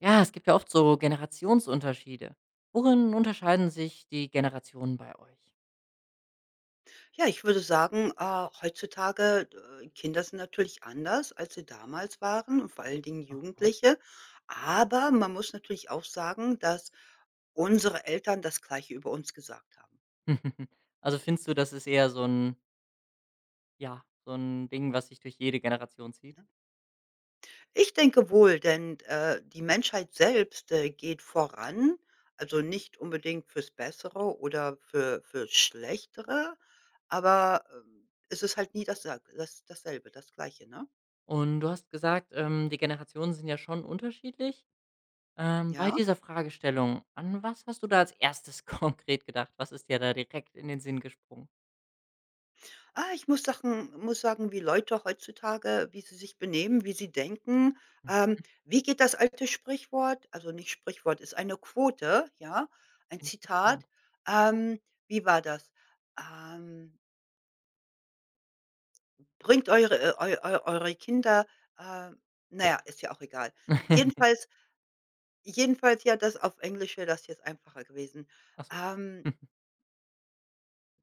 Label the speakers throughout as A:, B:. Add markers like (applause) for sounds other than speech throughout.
A: Ja, es gibt ja oft so Generationsunterschiede. Worin unterscheiden sich die Generationen bei euch?
B: Ja, ich würde sagen, heutzutage, Kinder sind natürlich anders, als sie damals waren und vor allen Dingen
A: Aha.
B: Jugendliche. Aber man muss natürlich auch sagen, dass unsere Eltern das Gleiche über uns gesagt haben,
A: (laughs) Also findest du, das ist eher so ein ja, so ein Ding, was sich durch jede Generation zieht?
B: ne? Ich denke wohl, denn, die Menschheit selbst, geht voran, also nicht unbedingt fürs Bessere oder fürs Schlechtere, aber, es ist halt nie dasselbe, das Gleiche, ne?
A: Und du hast gesagt, die Generationen sind ja schon unterschiedlich. Bei
B: Ja?
A: dieser Fragestellung, an was hast du da als erstes (laughs) konkret gedacht? Was ist dir da direkt in den Sinn gesprungen?
B: Ah, ich muss Sachen muss sagen, wie Leute heutzutage wie sie sich benehmen, wie sie denken.
A: Hm,
B: Ähm, wie geht das alte Sprichwort, also nicht Sprichwort, ist eine Quote, ja, ein
A: bin ich
B: Zitat.
A: gespannt.
B: Ähm, wie war das? Ähm, bringt eure eu eu eure Kinder, äh na ja, ist ja auch egal.
A: (laughs)
B: Jedenfalls ja, das auf Englisch wäre das jetzt einfacher gewesen.
A: Ach
B: Ähm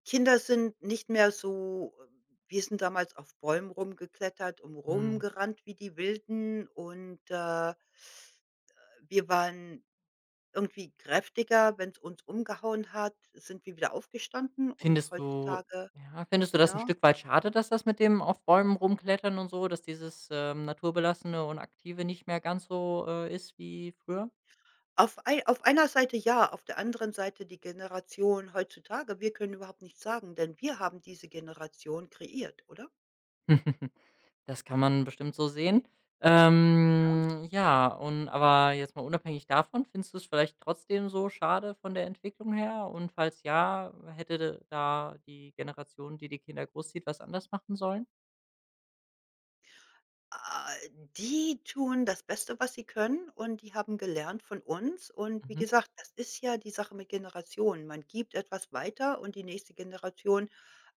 B: Kinder sind nicht mehr so, wir sind damals auf Bäumen rumgeklettert und
A: (laughs)
B: rumgerannt wie die Wilden und, wir waren irgendwie kräftiger. Wenn es uns umgehauen hat, sind wir wieder aufgestanden, und
A: Findest du
B: heutzutage,
A: ja, findest du das ein
B: ja,
A: Stück weit schade, dass das mit dem auf Bäumen rumklettern und so dass dieses, naturbelassene und aktive nicht mehr ganz so, ist wie früher?
B: auf ei auf einer Seite ja, auf der anderen Seite die Generation heutzutage, wir können überhaupt nichts sagen, denn wir haben diese Generation kreiert, oder?
A: (laughs) Das kann man bestimmt so sehen. Ja, und aber jetzt mal unabhängig davon, findest du es vielleicht trotzdem so schade von der Entwicklung her? Und falls ja, hätte da die Generation, die Kinder großzieht, was anders machen sollen?
B: Ah, die tun das Beste, was sie können, und die haben gelernt von uns, und wie
A: Mhm.
B: gesagt, das ist ja die Sache mit Generationen. Man gibt etwas weiter und die nächste Generation,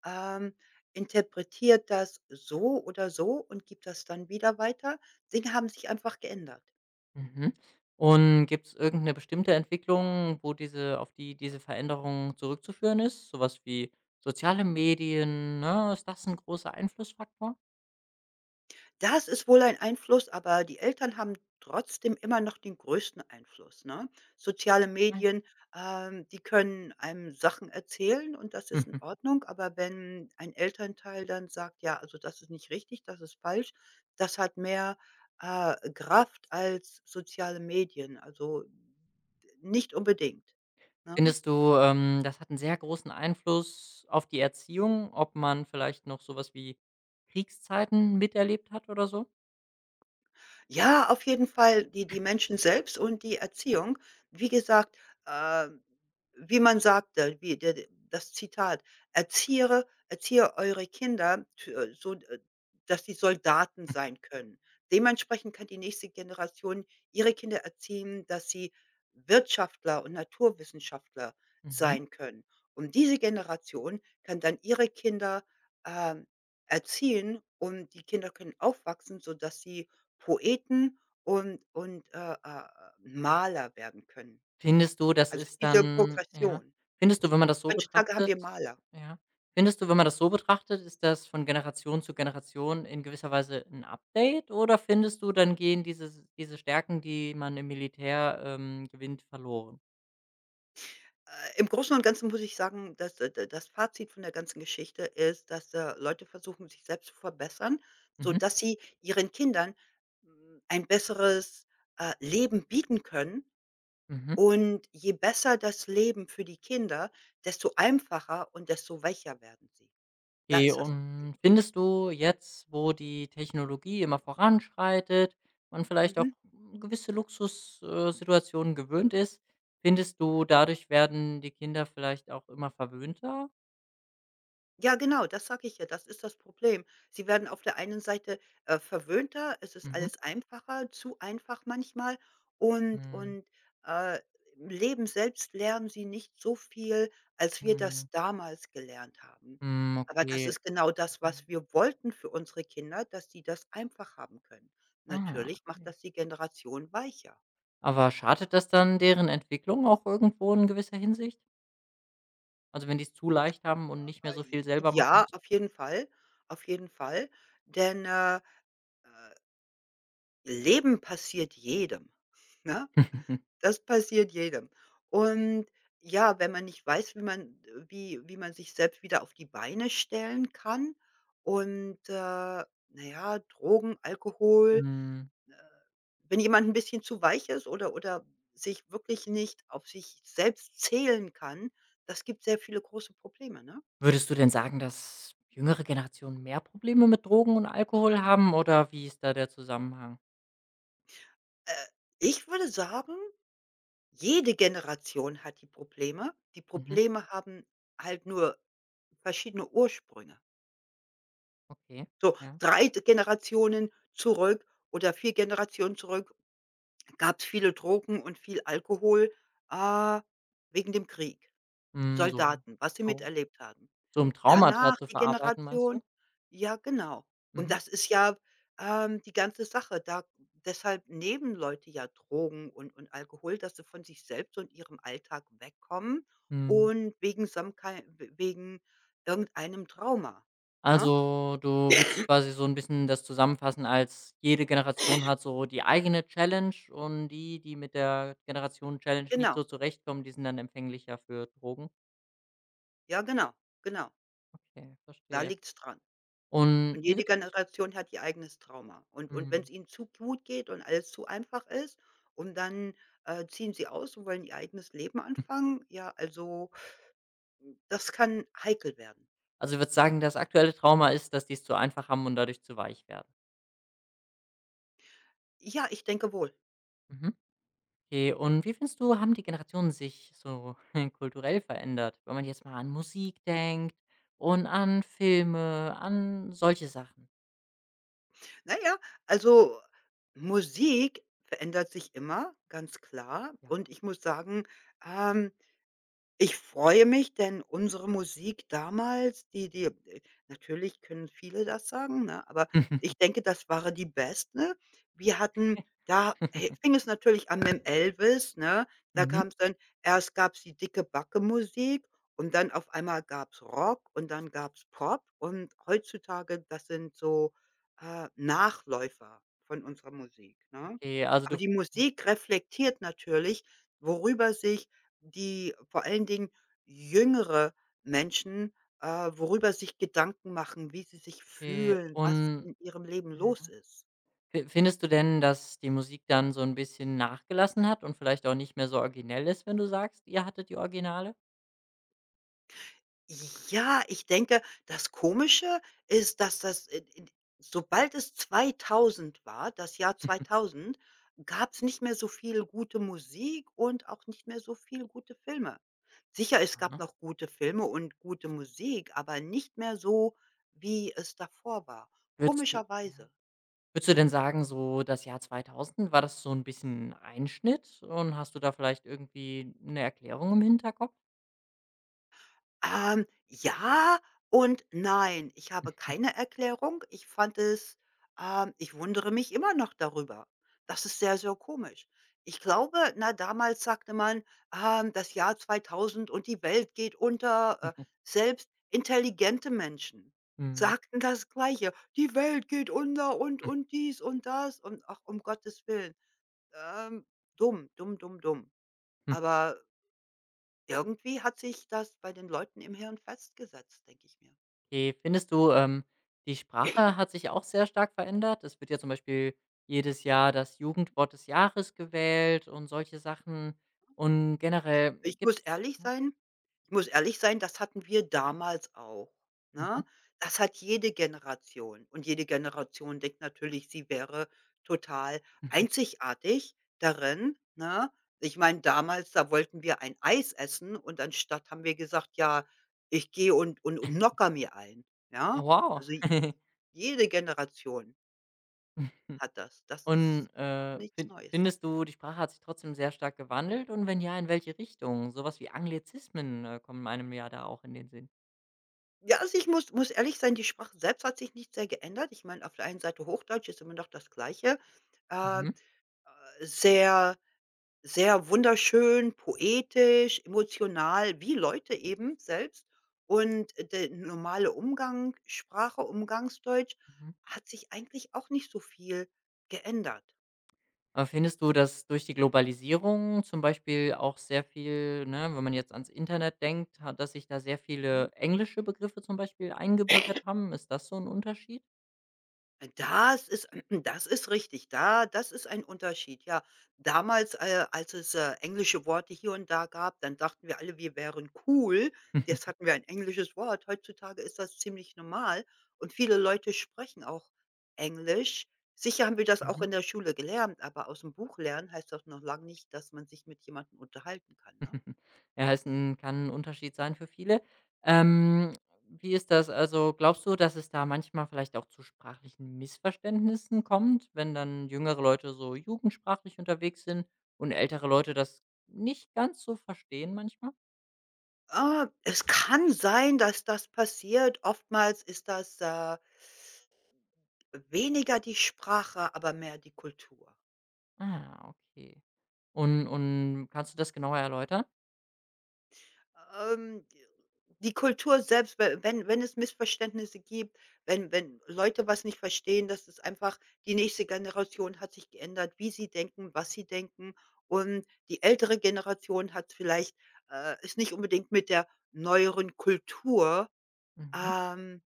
B: ähm, interpretiert das so oder so und gibt das dann wieder weiter. Dinge haben sich einfach geändert.
A: Mhm. Und gibt es irgendeine bestimmte Entwicklung, wo diese auf die diese Veränderung zurückzuführen ist? So was wie soziale Medien, ne? Ist das ein großer Einflussfaktor?
B: Das ist wohl ein Einfluss, aber die Eltern haben trotzdem immer noch den größten Einfluss, ne? Soziale
A: Nein.
B: Medien, die können einem Sachen erzählen und das ist in
A: Mhm.
B: Ordnung, aber wenn ein Elternteil dann sagt: „Ja, also das ist nicht richtig, das ist falsch“, das hat mehr, Kraft als soziale Medien, also nicht unbedingt, ne?
A: Findest du, das hat einen sehr großen Einfluss auf die Erziehung, ob man vielleicht noch so was wie Kriegszeiten miterlebt hat oder so?
B: Ja, auf jeden Fall die Menschen selbst und die Erziehung. Wie gesagt, äh, wie man sagte, wie der d das Zitat: „Erziehe, eure Kinder, t so, dass sie Soldaten sein können.“ Dementsprechend kann die nächste Generation ihre Kinder erziehen, dass sie Wirtschaftler und Naturwissenschaftler
A: Mhm.
B: sein können. Und diese Generation kann dann ihre Kinder, ähm, erziehen, und die Kinder können aufwachsen, sodass sie Poeten Maler werden können.
A: Findest du, das
B: Also,
A: ist
B: diese
A: dann ja.
B: Progression.
A: Findest du, wenn man das so
B: Heutzutage haben
A: betrachtet
B: wir Maler.
A: ja. Findest du, wenn man das so betrachtet, ist das von Generation zu Generation in gewisser Weise 'n Update oder findest du, dann gehen diese Stärken, die man im Militär, gewinnt, verloren?
B: Im Großen und Ganzen muss ich sagen, dass d d das Fazit von der ganzen Geschichte ist, dass, Leute versuchen, sich selbst zu verbessern,
A: Mhm,
B: sodass sie ihren Kindern, ein besseres, Leben bieten können.
A: mhm.
B: Und je besser das Leben für die Kinder, desto einfacher und desto weicher werden sie. Da
A: Okay,
B: ist das Problem.
A: und findest du jetzt, wo die Technologie immer voranschreitet, man vielleicht auch
B: Mhm.
A: gewisse Luxus Situationen gewöhnt ist, findest du, dadurch werden die Kinder vielleicht auch immer verwöhnter?
B: Ja, genau, das sage ich ja. Das ist das Problem. Sie werden auf der einen Seite, verwöhnter, es ist
A: Mhm.
B: alles einfacher, zu einfach manchmal, und
A: Mhm.
B: und, äh, im Leben selbst lernen sie nicht so viel, als wir
A: Mhm.
B: das damals gelernt haben.
A: Hm,
B: Aber das
A: okay.
B: ist genau das,
A: Mhm.
B: was wir wollten für unsere Kinder, dass sie das einfach haben können.
A: Ah,
B: Natürlich macht
A: okay.
B: das die Generation weicher.
A: Aber schadet das dann deren Entwicklung auch irgendwo in gewisser Hinsicht? Also, wenn die es zu leicht haben und nicht mehr so viel selber machen
B: Ja,
A: müssen?
B: auf jeden Fall, denn, äh Leben passiert jedem, ne?
A: (laughs)
B: Das passiert jedem. Und ja, wenn man nicht weiß, wie man wie wie man sich selbst wieder auf die Beine stellen kann, und, na ja, Drogen, Alkohol,
A: Hm,
B: äh wenn jemand ein bisschen zu weich ist oder sich wirklich nicht auf sich selbst zählen kann, das gibt sehr viele große Probleme, ne?
A: würdest du denn sagen, dass jüngere Generationen mehr Probleme mit Drogen und Alkohol haben oder wie ist da der Zusammenhang?
B: Äh, ich würde sagen, jede Generation hat die Probleme. Die
A: Mhm,
B: Probleme haben halt nur verschiedene Ursprünge.
A: okay,
B: So
A: ja.
B: 3 Generationen zurück oder 4 Generationen zurück gab es viele Drogen und viel Alkohol, äh, wegen dem Krieg,
A: Hm, so
B: Soldaten, was sie
A: so
B: miterlebt haben.
A: so, um Traumata
B: Danach
A: zu
B: die
A: verarbeiten, meinst du?
B: Generation, ja, genau. Und
A: Mhm.
B: das ist ja, die ganze Sache. Da, deshalb nehmen Leute ja Drogen Alkohol, dass sie von sich selbst und ihrem Alltag wegkommen
A: Mhm.
B: und wegen irgendeinem Trauma, ne?
A: Also, du würdest quasi so ein bisschen das zusammenfassen als jede Generation hat so die eigene Challenge und die, die mit der Generation Challenge nicht
B: Genau.
A: so zurechtkommen, die sind dann empfänglicher für Drogen.
B: Ja, genau, genau.
A: Okay,
B: Da
A: verstehe.
B: liegt's dran.
A: Und
B: Und
A: wie
B: jede
A: würd
B: Generation hat ihr eigenes Trauma. Wenn
A: mhm.
B: es ihnen zu gut geht und alles zu einfach ist, und dann, ziehen sie aus und wollen ihr eigenes Leben
A: (laughs)
B: anfangen, ja, also, das kann heikel werden.
A: Also, ich würde sagen, das aktuelle Trauma ist, dass die es zu einfach haben und dadurch zu weich werden.
B: Ja, ich denke wohl.
A: Mhm. Okay, und wie findest du, haben die Generationen sich so (laughs) kulturell verändert, wenn man jetzt mal an Musik denkt und an Filme, an solche Sachen?
B: Na ja, also, Musik verändert sich immer, ganz klar.
A: Ja.
B: Und ich muss sagen, ähm ich freue mich, denn unsere Musik damals, die die natürlich können viele das sagen, ne, aber ich
A: (laughs)
B: denke, das war die beste. Wir hatten da, he fing es natürlich an mit Elvis, ne? Da
A: Mhm.
B: kam's dann, erst gab's die Dicke-Backe-Musik und dann auf einmal gab's Rock und dann gab's Pop, und heutzutage, das sind so, Nachläufer von unserer Musik, ne?
A: Okay, also
B: Aber
A: du
B: die Musik reflektiert natürlich, worüber sich die, vor allen Dingen jüngere Menschen, worüber sich Gedanken machen, wie sie sich
A: okay,
B: fühlen, was
A: und
B: in ihrem Leben
A: ja.
B: los ist.
A: Fi findest du denn, dass die Musik dann so ein bisschen nachgelassen hat und vielleicht auch nicht mehr so originell ist, wenn du sagst, ihr hattet die Originale?
B: Ja, ich denke, das Komische ist, dass das in sobald es 2000 war, das Jahr
A: (laughs)
B: 2000, gab es nicht mehr so viel gute Musik und auch nicht mehr so viel gute Filme. Sicher, es gab
A: Aha.
B: noch gute Filme und gute Musik, aber nicht mehr so, wie es davor war,
A: Würdest du ja,
B: komischerweise.
A: würdest du denn sagen, so das Jahr 2000 war das so ein bisschen 'n Einschnitt und hast du da vielleicht irgendwie eine Erklärung im Hinterkopf?
B: Ja und nein. Ich habe keine Erklärung. Ich fand es, ich wundere mich immer noch darüber. Das ist sehr, sehr komisch. Ich glaube, na, damals sagte man, das Jahr 2000 und die Welt geht unter.
A: (laughs)
B: Selbst intelligente Menschen
A: Mhm.
B: sagten das Gleiche. Die Welt geht unter, und
A: (laughs)
B: dies und das und ach, um Gottes Willen. Ähm, dumm, dumm, dumm, dumm. Aber irgendwie hat sich das bei den Leuten im Hirn festgesetzt, denke ich mir.
A: Okay, findest du, die Sprache hat sich auch sehr stark verändert? Es wird ja zum Beispiel jedes Jahr das Jugendwort des Jahres gewählt und solche Sachen. Und generell
B: Ich muss
A: gibt's
B: ehrlich sein ich muss ehrlich sein, das hatten wir damals auch,
A: hm,
B: ne?
A: mhm.
B: Das hat jede Generation, und jede Generation denkt natürlich, sie wäre total
A: (laughs)
B: einzigartig darin, ne? Ich meine, damals, da wollten wir ein Eis essen und anstatt haben wir gesagt: „Ja, ich gehe knocker mir ein“,
A: Oh,
B: ja?
A: Wow.
B: Also,
A: (laughs)
B: jede Generation hat das. Das
A: Und,
B: ist nichts
A: fin
B: Neues.
A: findest du, die Sprache hat sich trotzdem sehr stark gewandelt und wenn ja, in welche Richtung? Sowas wie Anglizismen, kommen einem ja da auch in den Sinn.
B: Ja, also ich muss muss ehrlich sein, die Sprache selbst hat sich nicht sehr geändert. Ich meine, auf der einen Seite Hochdeutsch ist immer noch das Gleiche. Äh,
A: Mhm.
B: sehr, sehr wunderschön, poetisch, emotional, wie Leute eben selbst. Und der normale Umgang, Sprache, Umgangsdeutsch
A: Mhm.
B: hat sich eigentlich auch nicht so viel geändert.
A: Aber findest du, dass durch die Globalisierung zum Beispiel auch sehr viel, ne, wenn man jetzt ans Internet denkt, ha dass sich da sehr
B: Mhm.
A: viele englische Begriffe zum Beispiel eingebürgert haben? Ist das so ein Unterschied?
B: Das ist (clears throat) das ist richtig. Da das ist ein Unterschied, ja. Damals, als es, englische Worte hier und da gab, dann dachten wir alle, wir wären cool. Jetzt
A: (laughs)
B: hatten wir ein englisches Wort. Heutzutage ist das ziemlich normal und viele Leute sprechen auch Englisch. Sicher haben wir das auch
A: Mhm.
B: in der Schule gelernt, aber aus dem Buch lernen heißt doch noch lange nicht, dass man sich mit jemandem unterhalten kann, ne?
A: (laughs) Ja, ist ein kann 'n Unterschied sein für viele. Ähm, wie ist das? Also, glaubst du, dass es da manchmal vielleicht auch zu sprachlichen Missverständnissen kommt, wenn dann jüngere Leute so jugendsprachlich unterwegs sind und ältere Leute das nicht ganz so verstehen manchmal?
B: Ah, es kann sein, dass das passiert. Oftmals ist das, weniger die Sprache, aber mehr die Kultur.
A: Ah, okay. Und kannst du das genauer erläutern?
B: Ähm, die Kultur selbst, we wenn wenn es Missverständnisse gibt, wenn Leute was nicht verstehen, das ist einfach, die nächste Generation hat sich geändert, wie sie denken, was sie denken, und die ältere Generation hat vielleicht, ist nicht unbedingt mit der neueren Kultur,
A: Mhm.
B: ähm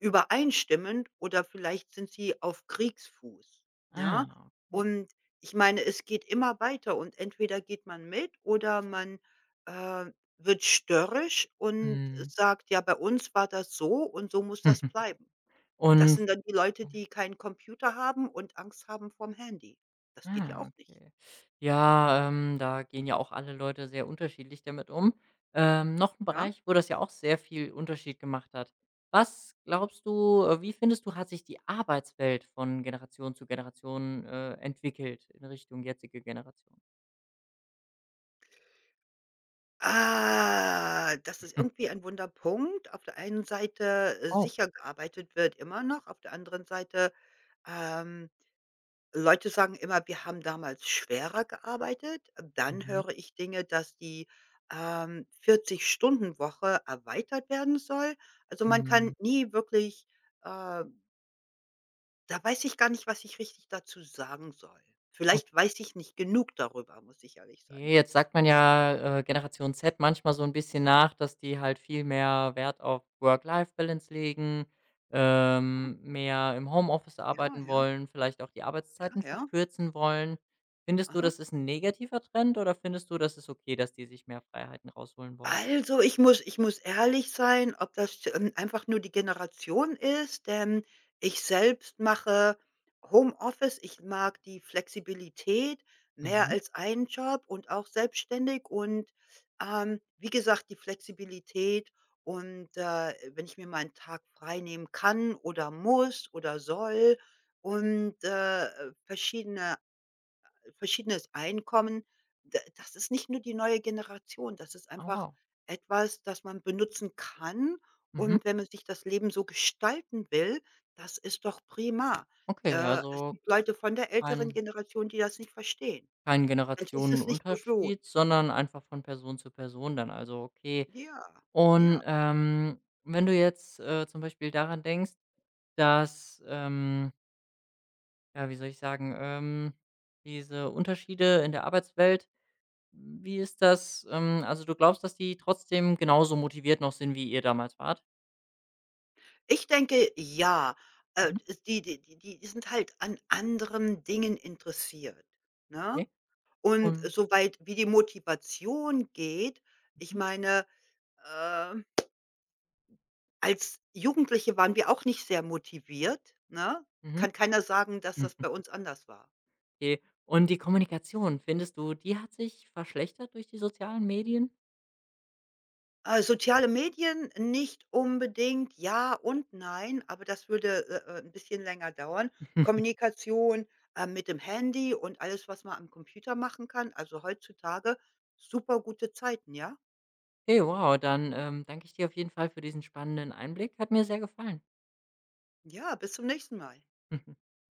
B: übereinstimmend oder vielleicht sind sie auf Kriegsfuß, ja?
A: Ah, okay.
B: Und ich meine, es geht immer weiter und entweder geht man mit oder man, äh, wird störrisch und
A: Mhm.
B: sagt: „Ja, bei uns war das so und so muss das
A: (laughs)
B: bleiben.“ Das
A: Und
B: sind dann die Leute, die keinen Computer haben und Angst haben vorm Handy. Das geht ja
A: ah,
B: auch nicht,
A: okay. Ja, da gehen ja auch alle Leute sehr unterschiedlich damit um. Noch ein
B: ja?
A: Bereich, wo das ja auch sehr viel Unterschied gemacht hat. Was glaubst du wie findest du, hat sich die Arbeitswelt von Generation zu Generation, entwickelt in Richtung jetzige Generation?
B: Ah, das ist
A: (laughs)
B: irgendwie ein Wunderpunkt. Auf der einen Seite,
A: Oh.
B: sicher gearbeitet wird immer noch, auf der anderen Seite, ähm Leute sagen immer, wir haben damals schwerer gearbeitet. Dann
A: Mhm.
B: höre ich Dinge, dass die, 40-Stunden-Woche erweitert werden soll. Also, man
A: Mhm.
B: kann nie wirklich, äh da weiß ich gar nicht, was ich richtig dazu sagen soll. Vielleicht weiß ich nicht genug darüber, muss ich ehrlich sein.
A: Okay, jetzt sagt man ja, Generation Z manchmal so ein bisschen nach, dass die halt viel mehr Wert auf Work-Life-Balance legen, mehr im Homeoffice
B: Ja,
A: arbeiten
B: ja,
A: wollen, vielleicht auch die
B: ja,
A: Arbeitszeiten
B: ja.
A: verkürzen wollen. Findest du,
B: Aha.
A: das ist ein negativer Trend oder findest du, das ist okay, dass die sich mehr Freiheiten rausholen wollen?
B: Also, ich muss, ehrlich sein, ob das, einfach nur die Generation ist, denn ich selbst mache Homeoffice. Ich mag die Flexibilität, mehr
A: Mhm.
B: als einen Job und auch selbstständig und, wie gesagt, die Flexibilität und, wenn ich mir mal 'n Tag frei nehmen kann oder muss oder soll und, verschiedene verschiedenes Einkommen. D das ist nicht nur die neue Generation, das ist
A: Ah,
B: einfach
A: wow.
B: etwas, das man benutzen kann.
A: Mhm.
B: Und wenn man sich das Leben so gestalten will, das ist doch prima.
A: Okay,
B: Es
A: also
B: gibt Leute von der älteren
A: kein
B: Generation, die das nicht verstehen.
A: kein
B: Denn die sind es nicht gewohnt.
A: Generationenunterschied, sondern einfach von Person zu Person dann. Also, okay.
B: Ja, ja.
A: Und, wenn du jetzt, zum Beispiel daran denkst, dass, ja, wie soll ich sagen, diese Unterschiede in der Arbeitswelt wie ist das, also, du glaubst, dass die trotzdem genauso motiviert noch sind, wie ihr damals wart?
B: Ich denke, ja. Äh,
A: Mhm,
B: die sind halt an anderen Dingen interessiert, ne?
A: okay.
B: Und
A: Und
B: soweit wie die Motivation geht, ich
A: mhm,
B: meine, Ähm, als Jugendliche waren wir auch nicht sehr motiviert, ne?
A: mhm,
B: Kann keiner sagen, dass
A: mhm,
B: das bei uns
A: (laughs)
B: anders war.
A: okay. Und die Kommunikation, findest du, die hat sich verschlechtert durch die sozialen Medien?
B: Soziale Medien nicht unbedingt, ja und nein, aber das würde, 'n bisschen länger dauern.
A: (laughs)
B: Kommunikation, mit dem Handy und alles, was man am Computer machen kann. Also, heutzutage super gute Zeiten, ja?
A: Okay, wow, dann, danke ich dir auf jeden Fall für diesen spannenden Einblick. Hat mir sehr gefallen.
B: Ja, bis zum nächsten Mal.
A: (laughs)